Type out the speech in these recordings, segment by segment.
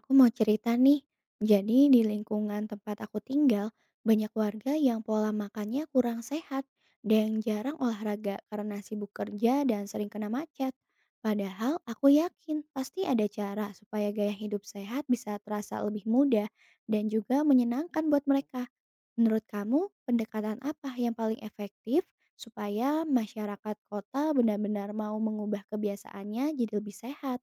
Aku mau cerita nih. Jadi di lingkungan tempat aku tinggal, banyak warga yang pola makannya kurang sehat dan jarang olahraga karena sibuk kerja dan sering kena macet. Padahal aku yakin pasti ada cara supaya gaya hidup sehat bisa terasa lebih mudah dan juga menyenangkan buat mereka. Menurut kamu, pendekatan apa yang paling efektif supaya masyarakat kota benar-benar mau mengubah kebiasaannya jadi lebih sehat?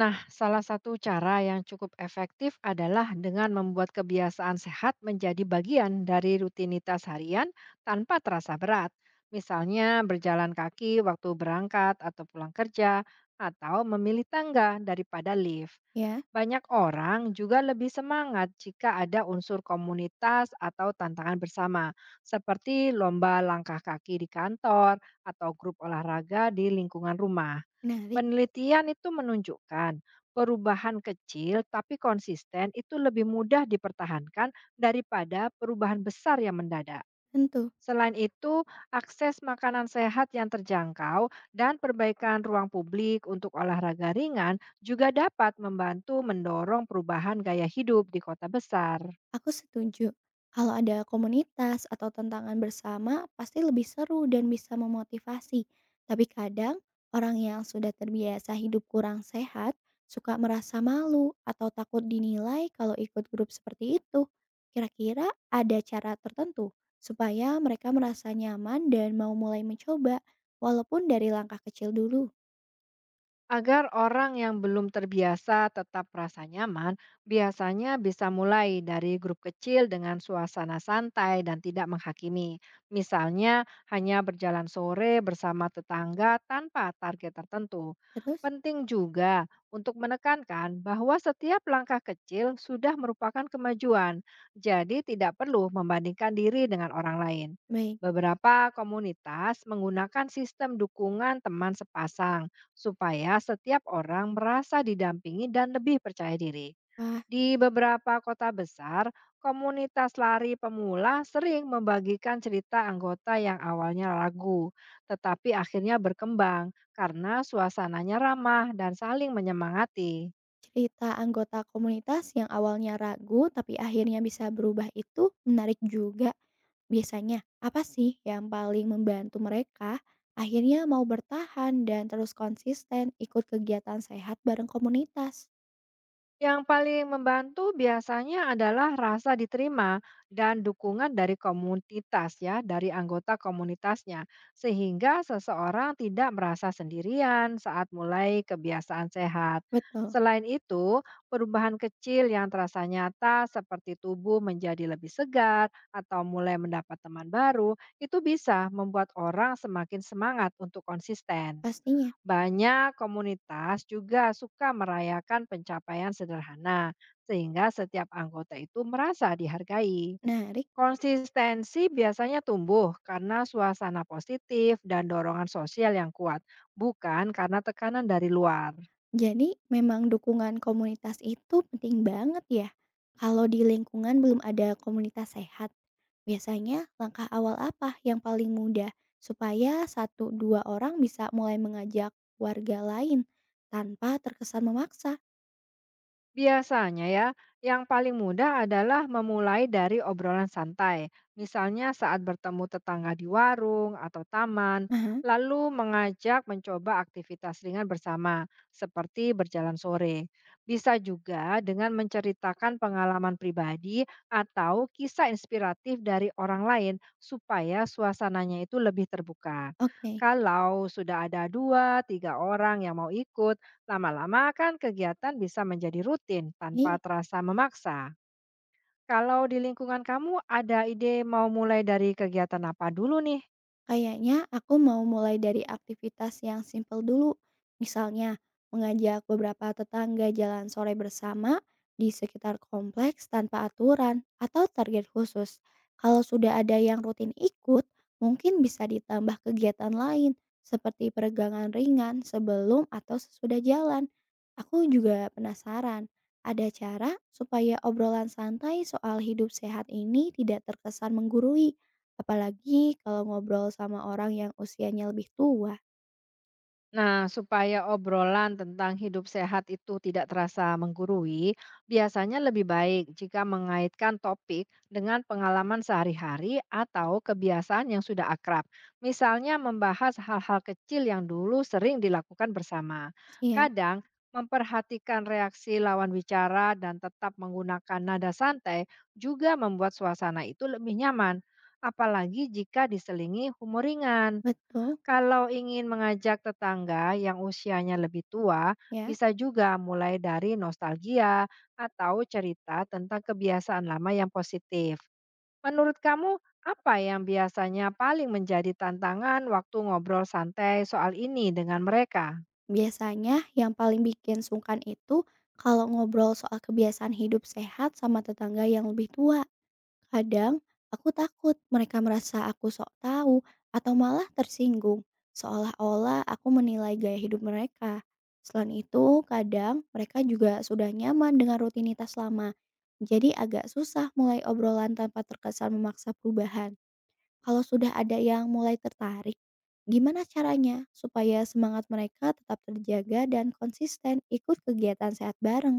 Nah, salah satu cara yang cukup efektif adalah dengan membuat kebiasaan sehat menjadi bagian dari rutinitas harian tanpa terasa berat. Misalnya berjalan kaki waktu berangkat atau pulang kerja, atau memilih tangga daripada lift. Ya, Banyak orang juga lebih semangat jika ada unsur komunitas atau tantangan bersama, seperti lomba langkah kaki di kantor atau grup olahraga di lingkungan rumah. menarik. Penelitian itu menunjukkan perubahan kecil tapi konsisten itu lebih mudah dipertahankan daripada perubahan besar yang mendadak. Tentu. Selain itu, akses makanan sehat yang terjangkau dan perbaikan ruang publik untuk olahraga ringan juga dapat membantu mendorong perubahan gaya hidup di kota besar. Aku setuju. Kalau ada komunitas atau tantangan bersama, pasti lebih seru dan bisa memotivasi. Tapi kadang, orang yang sudah terbiasa hidup kurang sehat suka merasa malu atau takut dinilai kalau ikut grup seperti itu. Kira-kira ada cara tertentu supaya mereka merasa nyaman dan mau mulai mencoba, walaupun dari langkah kecil dulu. Agar orang yang belum terbiasa tetap merasa nyaman, biasanya bisa mulai dari grup kecil dengan suasana santai dan tidak menghakimi. Misalnya, hanya berjalan sore bersama tetangga tanpa target tertentu. Terus, Penting juga untuk menekankan bahwa setiap langkah kecil sudah merupakan kemajuan, jadi tidak perlu membandingkan diri dengan orang lain. baik, Beberapa komunitas menggunakan sistem dukungan teman sepasang supaya setiap orang merasa didampingi dan lebih percaya diri. wah. Di beberapa kota besar, komunitas lari pemula sering membagikan cerita anggota yang awalnya ragu, tetapi akhirnya berkembang karena suasananya ramah dan saling menyemangati. Cerita anggota komunitas yang awalnya ragu tapi akhirnya bisa berubah itu menarik juga. Biasanya, apa sih yang paling membantu mereka akhirnya mau bertahan dan terus konsisten ikut kegiatan sehat bareng komunitas? Yang paling membantu biasanya adalah rasa diterima dan dukungan dari komunitas ya, dari anggota komunitasnya. Sehingga seseorang tidak merasa sendirian saat mulai kebiasaan sehat. Betul, Selain itu, perubahan kecil yang terasa nyata seperti tubuh menjadi lebih segar atau mulai mendapat teman baru, itu bisa membuat orang semakin semangat untuk konsisten. pastinya. Banyak komunitas juga suka merayakan pencapaian sederhana, sehingga setiap anggota itu merasa dihargai. Menarik. Konsistensi biasanya tumbuh karena suasana positif dan dorongan sosial yang kuat, bukan karena tekanan dari luar. Jadi memang dukungan komunitas itu penting banget ya. Kalau di lingkungan belum ada komunitas sehat, biasanya langkah awal apa yang paling mudah supaya satu dua orang bisa mulai mengajak warga lain tanpa terkesan memaksa? Biasanya ya, yang paling mudah adalah memulai dari obrolan santai, misalnya saat bertemu tetangga di warung atau taman, Aha, lalu mengajak mencoba aktivitas ringan bersama, seperti berjalan sore. Bisa juga dengan menceritakan pengalaman pribadi atau kisah inspiratif dari orang lain supaya suasananya itu lebih terbuka. oke. Kalau sudah ada dua, tiga orang yang mau ikut, lama-lama kan kegiatan bisa menjadi rutin tanpa Ini. terasa memaksa. Kalau di lingkungan kamu ada ide mau mulai dari kegiatan apa dulu nih? Kayaknya aku mau mulai dari aktivitas yang simpel dulu. Misalnya, mengajak beberapa tetangga jalan sore bersama di sekitar kompleks tanpa aturan atau target khusus. Kalau sudah ada yang rutin ikut, mungkin bisa ditambah kegiatan lain seperti peregangan ringan sebelum atau sesudah jalan. Aku juga penasaran, ada cara supaya obrolan santai soal hidup sehat ini tidak terkesan menggurui. Apalagi kalau ngobrol sama orang yang usianya lebih tua Nah, supaya obrolan tentang hidup sehat itu tidak terasa menggurui, biasanya lebih baik jika mengaitkan topik dengan pengalaman sehari-hari atau kebiasaan yang sudah akrab. Misalnya membahas hal-hal kecil yang dulu sering dilakukan bersama. sih ya. Kadang, memperhatikan reaksi lawan bicara dan tetap menggunakan nada santai juga membuat suasana itu lebih nyaman. Apalagi jika diselingi humor ringan. Betul, Kalau ingin mengajak tetangga yang usianya lebih tua, ya. bisa juga mulai dari nostalgia atau cerita tentang kebiasaan lama yang positif. Menurut kamu, apa yang biasanya paling menjadi tantangan waktu ngobrol santai soal ini dengan mereka? Biasanya yang paling bikin sungkan itu kalau ngobrol soal kebiasaan hidup sehat sama tetangga yang lebih tua. Kadang aku takut mereka merasa aku sok tahu atau malah tersinggung, seolah-olah aku menilai gaya hidup mereka. Selain itu, kadang mereka juga sudah nyaman dengan rutinitas lama. Jadi agak susah mulai obrolan tanpa terkesan memaksa perubahan. Kalau sudah ada yang mulai tertarik, gimana caranya supaya semangat mereka tetap terjaga dan konsisten ikut kegiatan sehat bareng?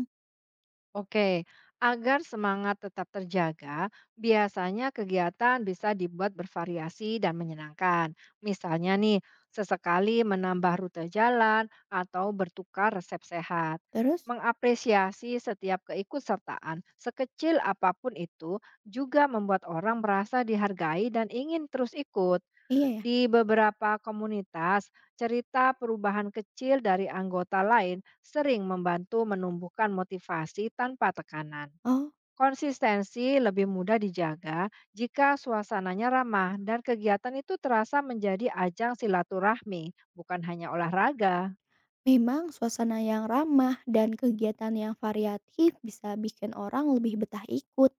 Oke, agar semangat tetap terjaga, biasanya kegiatan bisa dibuat bervariasi dan menyenangkan. Misalnya nih, sesekali menambah rute jalan atau bertukar resep sehat. Terus, Mengapresiasi setiap keikutsertaan, sekecil apapun itu, juga membuat orang merasa dihargai dan ingin terus ikut. iya ya? Di beberapa komunitas, cerita perubahan kecil dari anggota lain sering membantu menumbuhkan motivasi tanpa tekanan. Oh. Konsistensi lebih mudah dijaga jika suasananya ramah dan kegiatan itu terasa menjadi ajang silaturahmi, bukan hanya olahraga. Memang suasana yang ramah dan kegiatan yang variatif bisa bikin orang lebih betah ikut.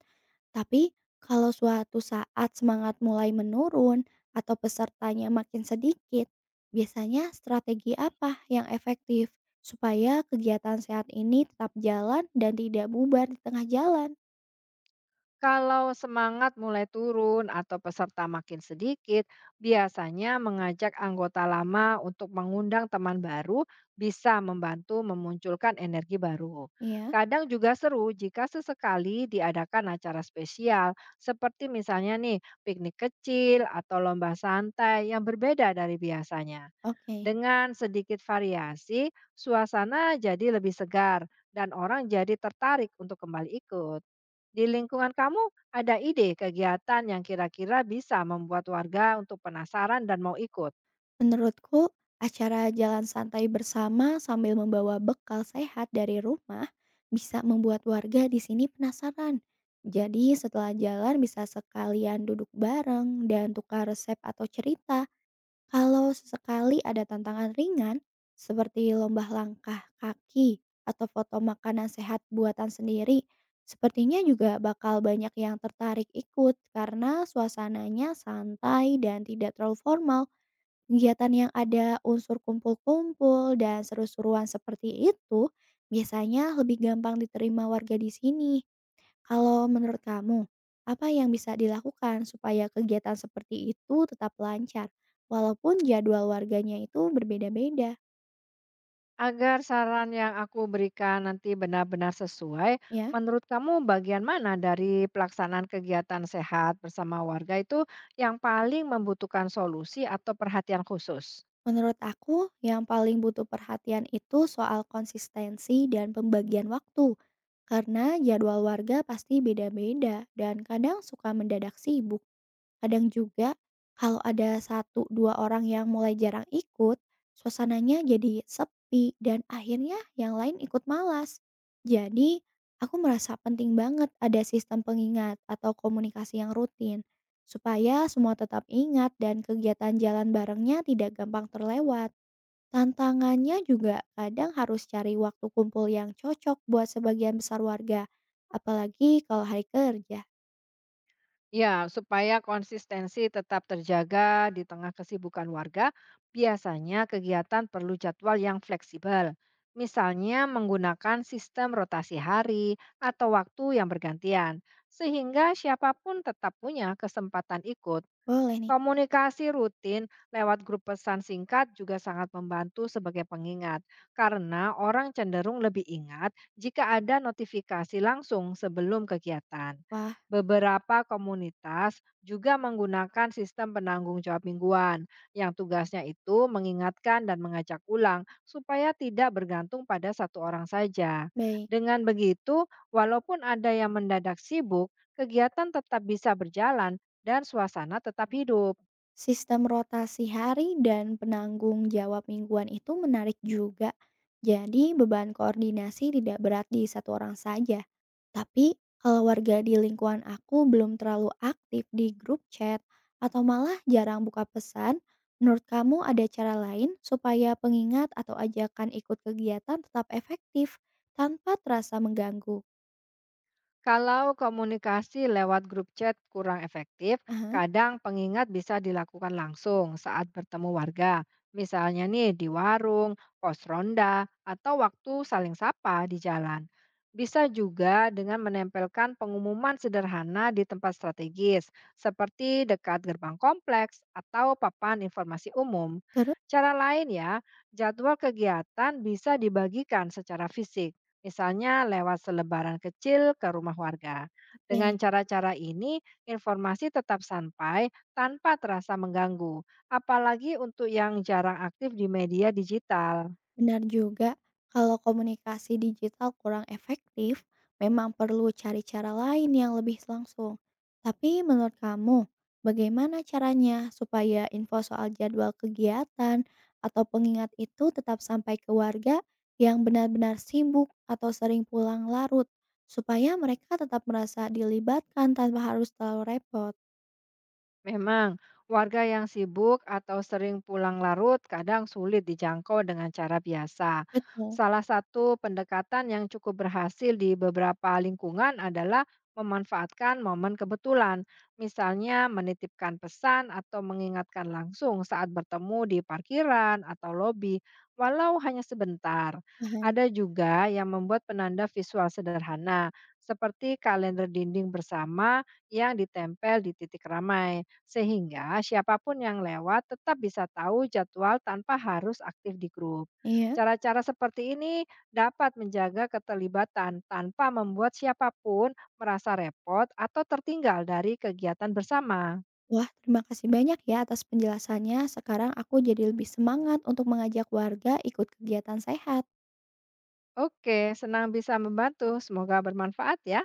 Tapi kalau suatu saat semangat mulai menurun atau pesertanya makin sedikit, biasanya strategi apa yang efektif supaya kegiatan sehat ini tetap jalan dan tidak bubar di tengah jalan? Kalau semangat mulai turun atau peserta makin sedikit, biasanya mengajak anggota lama untuk mengundang teman baru bisa membantu memunculkan energi baru. Ya, Kadang juga seru jika sesekali diadakan acara spesial, seperti misalnya nih piknik kecil atau lomba santai yang berbeda dari biasanya. oke. Dengan sedikit variasi, suasana jadi lebih segar dan orang jadi tertarik untuk kembali ikut. Di lingkungan kamu, ada ide kegiatan yang kira-kira bisa membuat warga untuk penasaran dan mau ikut? Menurutku, acara jalan santai bersama sambil membawa bekal sehat dari rumah bisa membuat warga di sini penasaran. Jadi setelah jalan bisa sekalian duduk bareng dan tukar resep atau cerita. Kalau sesekali ada tantangan ringan seperti lomba langkah kaki atau foto makanan sehat buatan sendiri, sepertinya juga bakal banyak yang tertarik ikut karena suasananya santai dan tidak terlalu formal. Kegiatan yang ada unsur kumpul-kumpul dan seru-seruan seperti itu biasanya lebih gampang diterima warga di sini. Kalau menurut kamu, apa yang bisa dilakukan supaya kegiatan seperti itu tetap lancar walaupun jadwal warganya itu berbeda-beda, Agar saran yang aku berikan nanti benar-benar sesuai, ya? menurut kamu bagian mana dari pelaksanaan kegiatan sehat bersama warga itu yang paling membutuhkan solusi atau perhatian khusus? Menurut aku, yang paling butuh perhatian itu soal konsistensi dan pembagian waktu. Karena jadwal warga pasti beda-beda dan kadang suka mendadak sibuk. Kadang juga kalau ada satu 2 orang yang mulai jarang ikut, suasananya jadi sepi dan akhirnya yang lain ikut malas. Jadi, aku merasa penting banget ada sistem pengingat atau komunikasi yang rutin supaya semua tetap ingat dan kegiatan jalan barengnya tidak gampang terlewat. Tantangannya juga kadang harus cari waktu kumpul yang cocok buat sebagian besar warga, apalagi kalau hari kerja. Ya, supaya konsistensi tetap terjaga di tengah kesibukan warga, biasanya kegiatan perlu jadwal yang fleksibel. Misalnya menggunakan sistem rotasi hari atau waktu yang bergantian, sehingga siapapun tetap punya kesempatan ikut. Boleh nih. Komunikasi rutin lewat grup pesan singkat juga sangat membantu sebagai pengingat, karena orang cenderung lebih ingat jika ada notifikasi langsung sebelum kegiatan. Wah, Beberapa komunitas juga menggunakan sistem penanggung jawab mingguan, yang tugasnya itu mengingatkan dan mengajak ulang supaya tidak bergantung pada satu orang saja. baik. Dengan begitu, walaupun ada yang mendadak sibuk, kegiatan tetap bisa berjalan dan suasana tetap hidup. Sistem rotasi hari dan penanggung jawab mingguan itu menarik juga. Jadi beban koordinasi tidak berat di satu orang saja. Tapi kalau warga di lingkungan aku belum terlalu aktif di grup chat atau malah jarang buka pesan, menurut kamu ada cara lain supaya pengingat atau ajakan ikut kegiatan tetap efektif tanpa terasa mengganggu? Kalau komunikasi lewat grup chat kurang efektif, Aha, kadang pengingat bisa dilakukan langsung saat bertemu warga. Misalnya nih di warung, pos ronda, atau waktu saling sapa di jalan. Bisa juga dengan menempelkan pengumuman sederhana di tempat strategis, seperti dekat gerbang kompleks atau papan informasi umum. terus, Cara lain ya, jadwal kegiatan bisa dibagikan secara fisik misalnya lewat selebaran kecil ke rumah warga. Dengan oke. cara-cara ini, informasi tetap sampai tanpa terasa mengganggu, apalagi untuk yang jarang aktif di media digital. Benar juga, kalau komunikasi digital kurang efektif, memang perlu cari cara lain yang lebih langsung. Tapi menurut kamu, bagaimana caranya supaya info soal jadwal kegiatan atau pengingat itu tetap sampai ke warga yang benar-benar sibuk atau sering pulang larut, supaya mereka tetap merasa dilibatkan tanpa harus terlalu repot? Memang, warga yang sibuk atau sering pulang larut kadang sulit dijangkau dengan cara biasa. Betul, Salah satu pendekatan yang cukup berhasil di beberapa lingkungan adalah memanfaatkan momen kebetulan, misalnya menitipkan pesan atau mengingatkan langsung saat bertemu di parkiran atau lobi, walau hanya sebentar. paham. Ada juga yang membuat penanda visual sederhana, seperti kalender dinding bersama yang ditempel di titik ramai sehingga siapapun yang lewat tetap bisa tahu jadwal tanpa harus aktif di grup. Iya. Cara-cara seperti ini dapat menjaga keterlibatan tanpa membuat siapapun merasa repot atau tertinggal dari kegiatan bersama. Wah, terima kasih banyak ya atas penjelasannya. Sekarang aku jadi lebih semangat untuk mengajak warga ikut kegiatan sehat. Oke, senang bisa membantu. Semoga bermanfaat ya.